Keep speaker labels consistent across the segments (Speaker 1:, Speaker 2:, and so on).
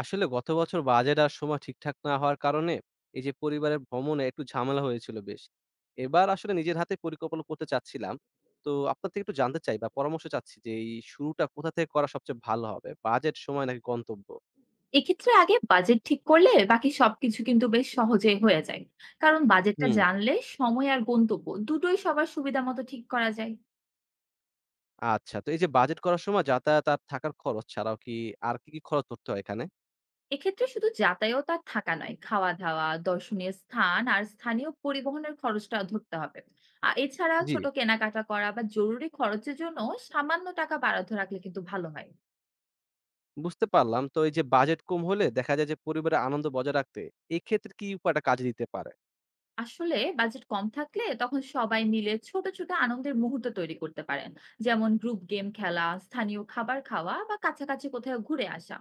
Speaker 1: আসলে গত বছর বাজেট আর সময় ঠিকঠাক না হওয়ার কারণে এই যে পরিবারের ভ্রমণে একটু ঝামেলা হয়েছিল বেশ। এবার আসলে নিজের হাতে পরিকল্পনা করতে চাচ্ছিলাম। তো আপনার থেকে একটু জানতে চাই বা পরামর্শ চাচ্ছি যে এই শুরুটা কোথা থেকে করা সবচেয়ে ভালো হবে? বাজেট, সময় নাকি গন্তব্য?
Speaker 2: এক্ষেত্রে আগে বাজেট ঠিক করলে বাকি সবকিছু কিন্তু বেশ সহজেই হয়ে যায়। কারণ বাজেটটা
Speaker 1: হুম।
Speaker 2: জানলে সময় আর গন্তব্য দুটোই সবার সুবিধা মতো ঠিক করা যায়।
Speaker 1: আচ্ছা। তো এই যে বাজেট করার সময় যাতায়াত আর থাকার খরচ ছাড়াও কি আর কি, কি খরচ ধরতে হয় এখানে?
Speaker 2: এক্ষেত্রে শুধু যাতায়াত আর থাকা নয়, খাওয়া-দাওয়া, দর্শনীয় স্থান আর স্থানীয় পরিবহনের খরচটা ধরতে হবে। এছাড়া
Speaker 1: জি।
Speaker 2: ছোট কেনাকাটা করা বা জরুরি খরচের জন্য সামান্য টাকা বরাদ্দ রাখলে কিন্তু ভালো হয়।
Speaker 1: বুঝতে পারলাম। তো এই যে বাজেট কম হলে দেখা যায় যে পরিবারের আনন্দ বজায় রাখতে এক্ষেত্রে কি উপায়টা কাজে দিতে পারে?
Speaker 2: আসলে বাজেট কম থাকলে তখন সবাই মিলে ছোট ছোট আনন্দের মুহূর্ত তৈরি করতে পারেন, যেমন গ্রুপ গেম খেলা, স্থানীয় খাবার খাওয়া বা কাছাকাছি কোথাও ঘুরে আসা।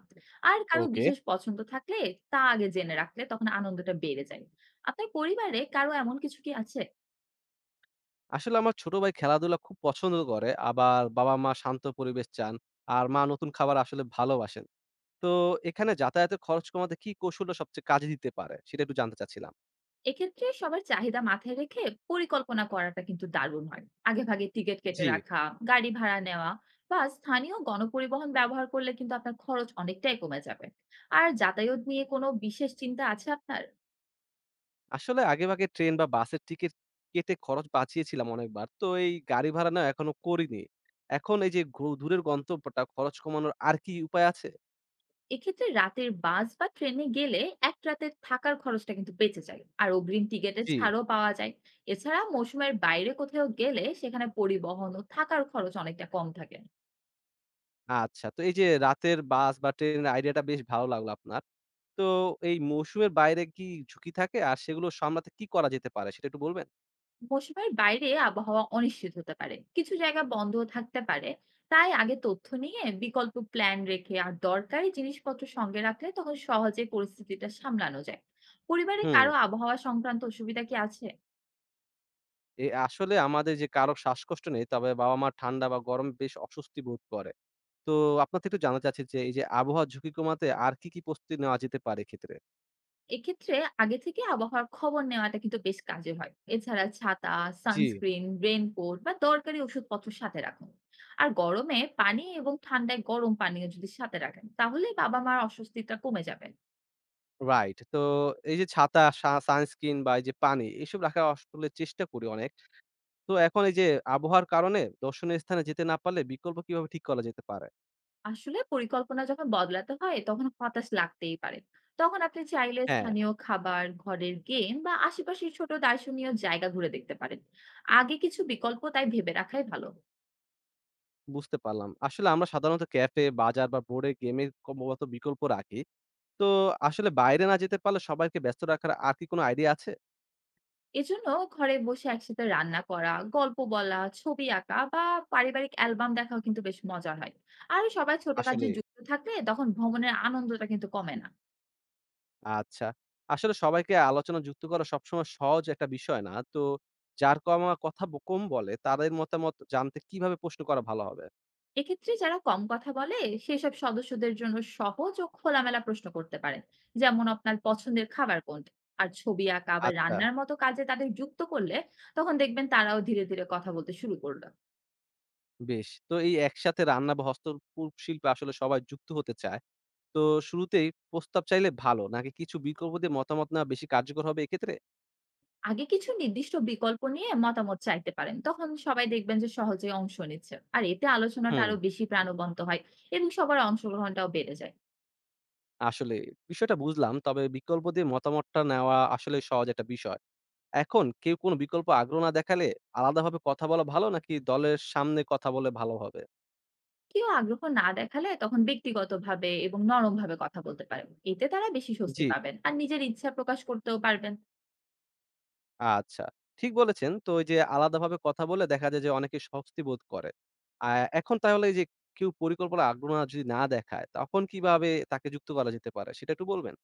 Speaker 2: আর কারো
Speaker 1: ওকে।
Speaker 2: বিশেষ পছন্দ থাকলে তা আগে জেনে রাখলে তখন আনন্দটা বেড়ে যায়। আপনার পরিবারে কারো এমন কিছু কি আছে?
Speaker 1: আসলে আমার ছোট ভাই খেলাধুলা খুব পছন্দ করে, আবার বাবা-মা শান্ত পরিবেশ চান, আর মা নতুন খাবার আসলে ভালোবাসেন। তো এখানে যাতায়াতের খরচ কমাতে কি কৌশলটা সবচেয়ে কাজে দিতে পারে? সেটা একটু জানতে চাচ্ছিলাম।
Speaker 2: এক্ষেত্রে সবার চাহিদা মাথায় রেখে পরিকল্পনা করাটা কিন্তু দারুণ হয়। আগেভাগে টিকিট
Speaker 1: জি,
Speaker 2: কেটে রাখা, গাড়ি ভাড়া নেওয়া বা স্থানীয় গণপরিবহন ব্যবহার করলে কিন্তু আপনার খরচ অনেকটাই কমে যাবে। আর যাতায়াত নিয়ে কোনো বিশেষ চিন্তা আছে আপনার?
Speaker 1: আসলে আগেভাগে ট্রেন বা বাসের টিকিট কেটে খরচ বাঁচিয়েছিলাম অনেকবার। তো এই গাড়ি ভাড়া না এখনো করিনি। এখন এই যে দূরের গন্তব্যটা খরচ কমানোর আর কি উপায় আছে?
Speaker 2: এক্ষেত্রে রাতের বাস বা ট্রেনে গেলে এক রাতে থাকার খরচটা কিন্তু বেঁচে যায় আর অগ্রিম টিকিটের
Speaker 1: জি,
Speaker 2: ছাড়ও পাওয়া যায়। এছাড়া মৌসুমের বাইরে কোথাও গেলে সেখানে পরিবহন ও থাকার খরচ অনেকটা কম থাকে।
Speaker 1: আচ্ছা। তো এই যে রাতের বাস বা ট্রেনের আইডিয়াটা বেশ ভালো লাগলো আপনার। তো এই মৌসুমের বাইরে কি ঝুঁকি থাকে? আর সেগুলো সামলাতে কি করা যেতে পারে সেটা একটু বলবেন?
Speaker 2: মৌসুমের বাইরে আবহাওয়া অনিশ্চিত হতে পারে, কিছু জায়গা বন্ধ থাকতে পারে, তাই আগে তথ্য নিয়ে বিকল্প প্ল্যান রেখে আর দরকারি জিনিসপত্র সঙ্গে রাখলে তখন সহজে পরিস্থিতিটা সামলানো যায়। পরিবারে
Speaker 1: হুম।
Speaker 2: কারো আবহাওয়া সংক্রান্ত অসুবিধা কি আছে?
Speaker 1: আসলে আমাদের যে কারো শ্বাসকষ্ট নেই, তবে বাবা-মা ঠান্ডা বা গরমে বেশ অস্বস্তি বোধ করে। তো আপনার থেকে একটু জানতে চাচ্ছি যে এই যে আবহাওয়ার ঝুঁকি কমাতে আর কি, কি প্রস্তুতি নেওয়া যেতে পারে এক্ষেত্রে?
Speaker 2: এক্ষেত্রে আগে থেকে আবহাওয়ার খবর নেওয়াটা কিন্তু বেশ কাজে হয়। এছাড়া ছাতা,
Speaker 1: জি।
Speaker 2: সানস্ক্রিন, রেইনকোট বা দরকারি ওষুধপত্র সাথে রাখুন। আর গরমে পানি এবং ঠান্ডায় গরম পানীয় যদি সাথে রাখেন তাহলে বাবা মার অস্বস্তিটা কমে যাবে।
Speaker 1: রাইট। তো এই যে ছাতা, সানস্ক্রিন বা এই যে পানি এসব রাখার আসলে চেষ্টা করি অনেক। তো এখন এই যে আবহাওয়ার কারণে দর্শনীয় স্থানে যেতে না পারলে বিকল্প কিভাবে ঠিক করা যেতে পারে?
Speaker 2: আসলে পরিকল্পনা যখন বদলাতে হয় তখন হতাশ লাগতেই পারে। তখন আপনি চাইলে
Speaker 1: হ্যাঁ।
Speaker 2: স্থানীয় খাবার, ঘরের গেম বা আশেপাশের ছোট দর্শনীয় জায়গা ঘুরে দেখতে পারেন। আগে কিছু বিকল্প তাই ভেবে রাখাই ভালো।
Speaker 1: বুঝতে পারলাম। আসলে আমরা সাধারণত ক্যাফে, বাজার বা বোর্ডে গেমের কমবত বিকল্প রাখি। তো আসলে বাইরে না যেতে পারলে সবাইকে ব্যস্ত রাখার আর কি কোনো আইডিয়া আছে?
Speaker 2: এজন্য ঘরে বসে একসাথে রান্না করা, গল্প বলা, ছবি আঁকা বা পারিবারিক অ্যালবাম দেখাও কিন্তু বেশ মজার হয়। আর সবাই ছোট কাজে
Speaker 1: আসলে
Speaker 2: যুক্ত থাকলে তখন ভ্রমণের আনন্দটা কিন্তু কমে না।
Speaker 1: আচ্ছা। আসলে সবাইকে আলোচনা যুক্ত করা সবসময় সহজ একটা বিষয় না। তো যার কমা কথা কম বলে তাদের মতামত জানতে কিভাবে প্রশ্ন করা ভালো হবে?
Speaker 2: এক্ষেত্রে যারা কম কথা বলে সেসব সদস্যদের জন্য সহজ ও খোলামেলা প্রশ্ন করতে পারেন, যেমন আপনার পছন্দের খাবার কোনটা। আর ছবি আঁকা বা
Speaker 1: আচ্ছা,
Speaker 2: রান্নার মতো কাজে তাদের যুক্ত করলে তখন দেখবেন তারাও ধীরে ধীরে কথা বলতে শুরু করলো।
Speaker 1: বেশ। তো এই একসাথে রান্না বা হস্তপূর শিল্পে আসলে সবাই যুক্ত হতে চায়। তো শুরুতেই প্রস্তাব চাইলে ভালো নাকি কিছু বিকল্প দিয়ে মতামত নেওয়া বেশি কার্যকর হবে এক্ষেত্রে?
Speaker 2: আগে কিছু নির্দিষ্ট বিকল্প নিয়ে মতামত চাইতে পারেন, তখন সবাই দেখবেন যে সহজে অংশ নিচ্ছে আর এতে আলোচনাটা
Speaker 1: হুম।
Speaker 2: আরো বেশি প্রাণবন্ত হয় এবং সবার অংশগ্রহণটাও বেড়ে যায়।
Speaker 1: আসলে বিষয়টা বুঝলাম। তবে বিকল্প দিয়ে মতামতটা নেওয়া আসলে সহজ একটা বিষয়। এখন কেউ কোনো বিকল্প আগ্রহ না দেখালে আলাদাভাবে কথা বলা ভালো নাকি দলের সামনে কথা বলে ভালো হবে?
Speaker 2: কেউ আগ্রহ না দেখালে তখন ব্যক্তিগতভাবে এবং নরমভাবে কথা বলতে পারেন। এতে তারা বেশি
Speaker 1: জি,
Speaker 2: স্বস্তি পাবেন আর নিজের ইচ্ছা প্রকাশ করতেও পারবেন।
Speaker 1: আচ্ছা। ঠিক বলেছেন। তো ওই যে আলাদাভাবে কথা বলে দেখা যায় যে অনেকে স্বস্তি বোধ করে। আ এখন তাহলে এই যে কেউ পরিকল্পনা আগ্রহ যদি না দেখায় তখন কিভাবে তাকে যুক্ত করা যেতে পারে সেটা একটু বলবেন?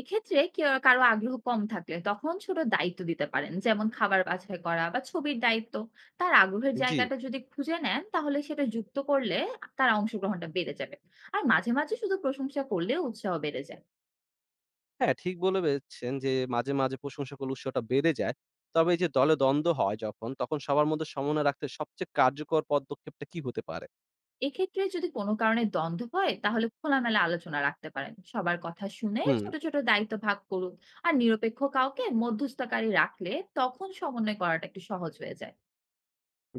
Speaker 2: এক্ষেত্রে কেউ কারো আগ্রহ কম থাকলে তখন ছোট দায়িত্ব দিতে পারেন, যেমন খাবার বাছাই করা বা ছবির দায়িত্ব। তার আগ্রহের
Speaker 1: জি।
Speaker 2: জায়গাটা যদি খুঁজে নেন তাহলে সেটা যুক্ত করলে তার অংশগ্রহণটা বেড়ে যাবে। আর মাঝে মাঝে শুধু প্রশংসা করলে উৎসাহ বেড়ে যায়।
Speaker 1: হ্যাঁ, ঠিক বলেছেন যে মাঝে, মাঝে প্রশংসকল উৎসটা বেড়ে যায়। তবে এই যে দলে দ্বন্দ্ব হয় যখন, তখন সবার মধ্যে সমন্বয় রাখতে সবচেয়ে কার্যকর পদক্ষেপটা কি হতে পারে?
Speaker 2: এক্ষেত্রে যদি কোনো কারণে দ্বন্দ্ব হয় তাহলে খোলামেলা আলোচনা রাখতে পারেন, সবার কথা শুনে
Speaker 1: হুম,
Speaker 2: ছোট ছোট দায়িত্ব ভাগ করুন। আর নিরপেক্ষ কাউকে মধ্যস্থতাকারী রাখলে তখন সমন্বয় করাটা একটু সহজ হয়ে যায়।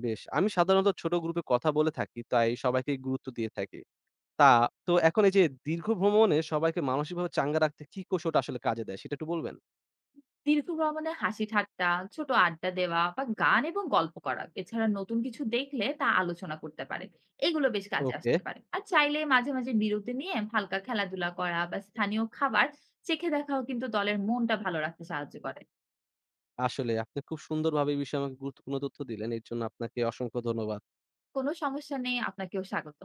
Speaker 1: বেশ। আমি সাধারণত ছোট গ্রুপে কথা বলে থাকি, তাই সবাইকেই গুরুত্ব দিয়ে থাকি। তা তো এখন এই যে দীর্ঘ ভ্রমণে সবাইকে মানসিকভাবে চাঙ্গা রাখতে কি কৌশলটা আসলে কাজে দেয় সেটা একটু বলবেন?
Speaker 2: দীর্ঘ ভ্রমণে হাসি ঠাট্টা, ছোট আড্ডা দেওয়া বা গান এবং গল্প করা। এছাড়া নতুন কিছু দেখলে তা আলোচনা করতে পারে। এগুলো বেশ কাজে
Speaker 1: ওকে।
Speaker 2: আসতে পারে। আর চাইলে মাঝে মাঝে বিরতি নিয়ে হালকা খেলাধুলা করা বা স্থানীয় খাবার চেখে দেখাও কিন্তু দলের মনটা ভালো রাখতে সাহায্য করে।
Speaker 1: আসলে আপনি খুব সুন্দরভাবে এই বিষয়ে আমাকে গুরুত্বপূর্ণ তথ্য দিলেন। এর জন্য আপনাকে অসংখ্য ধন্যবাদ।
Speaker 2: কোনো সমস্যা নেই, আপনাকেও স্বাগত।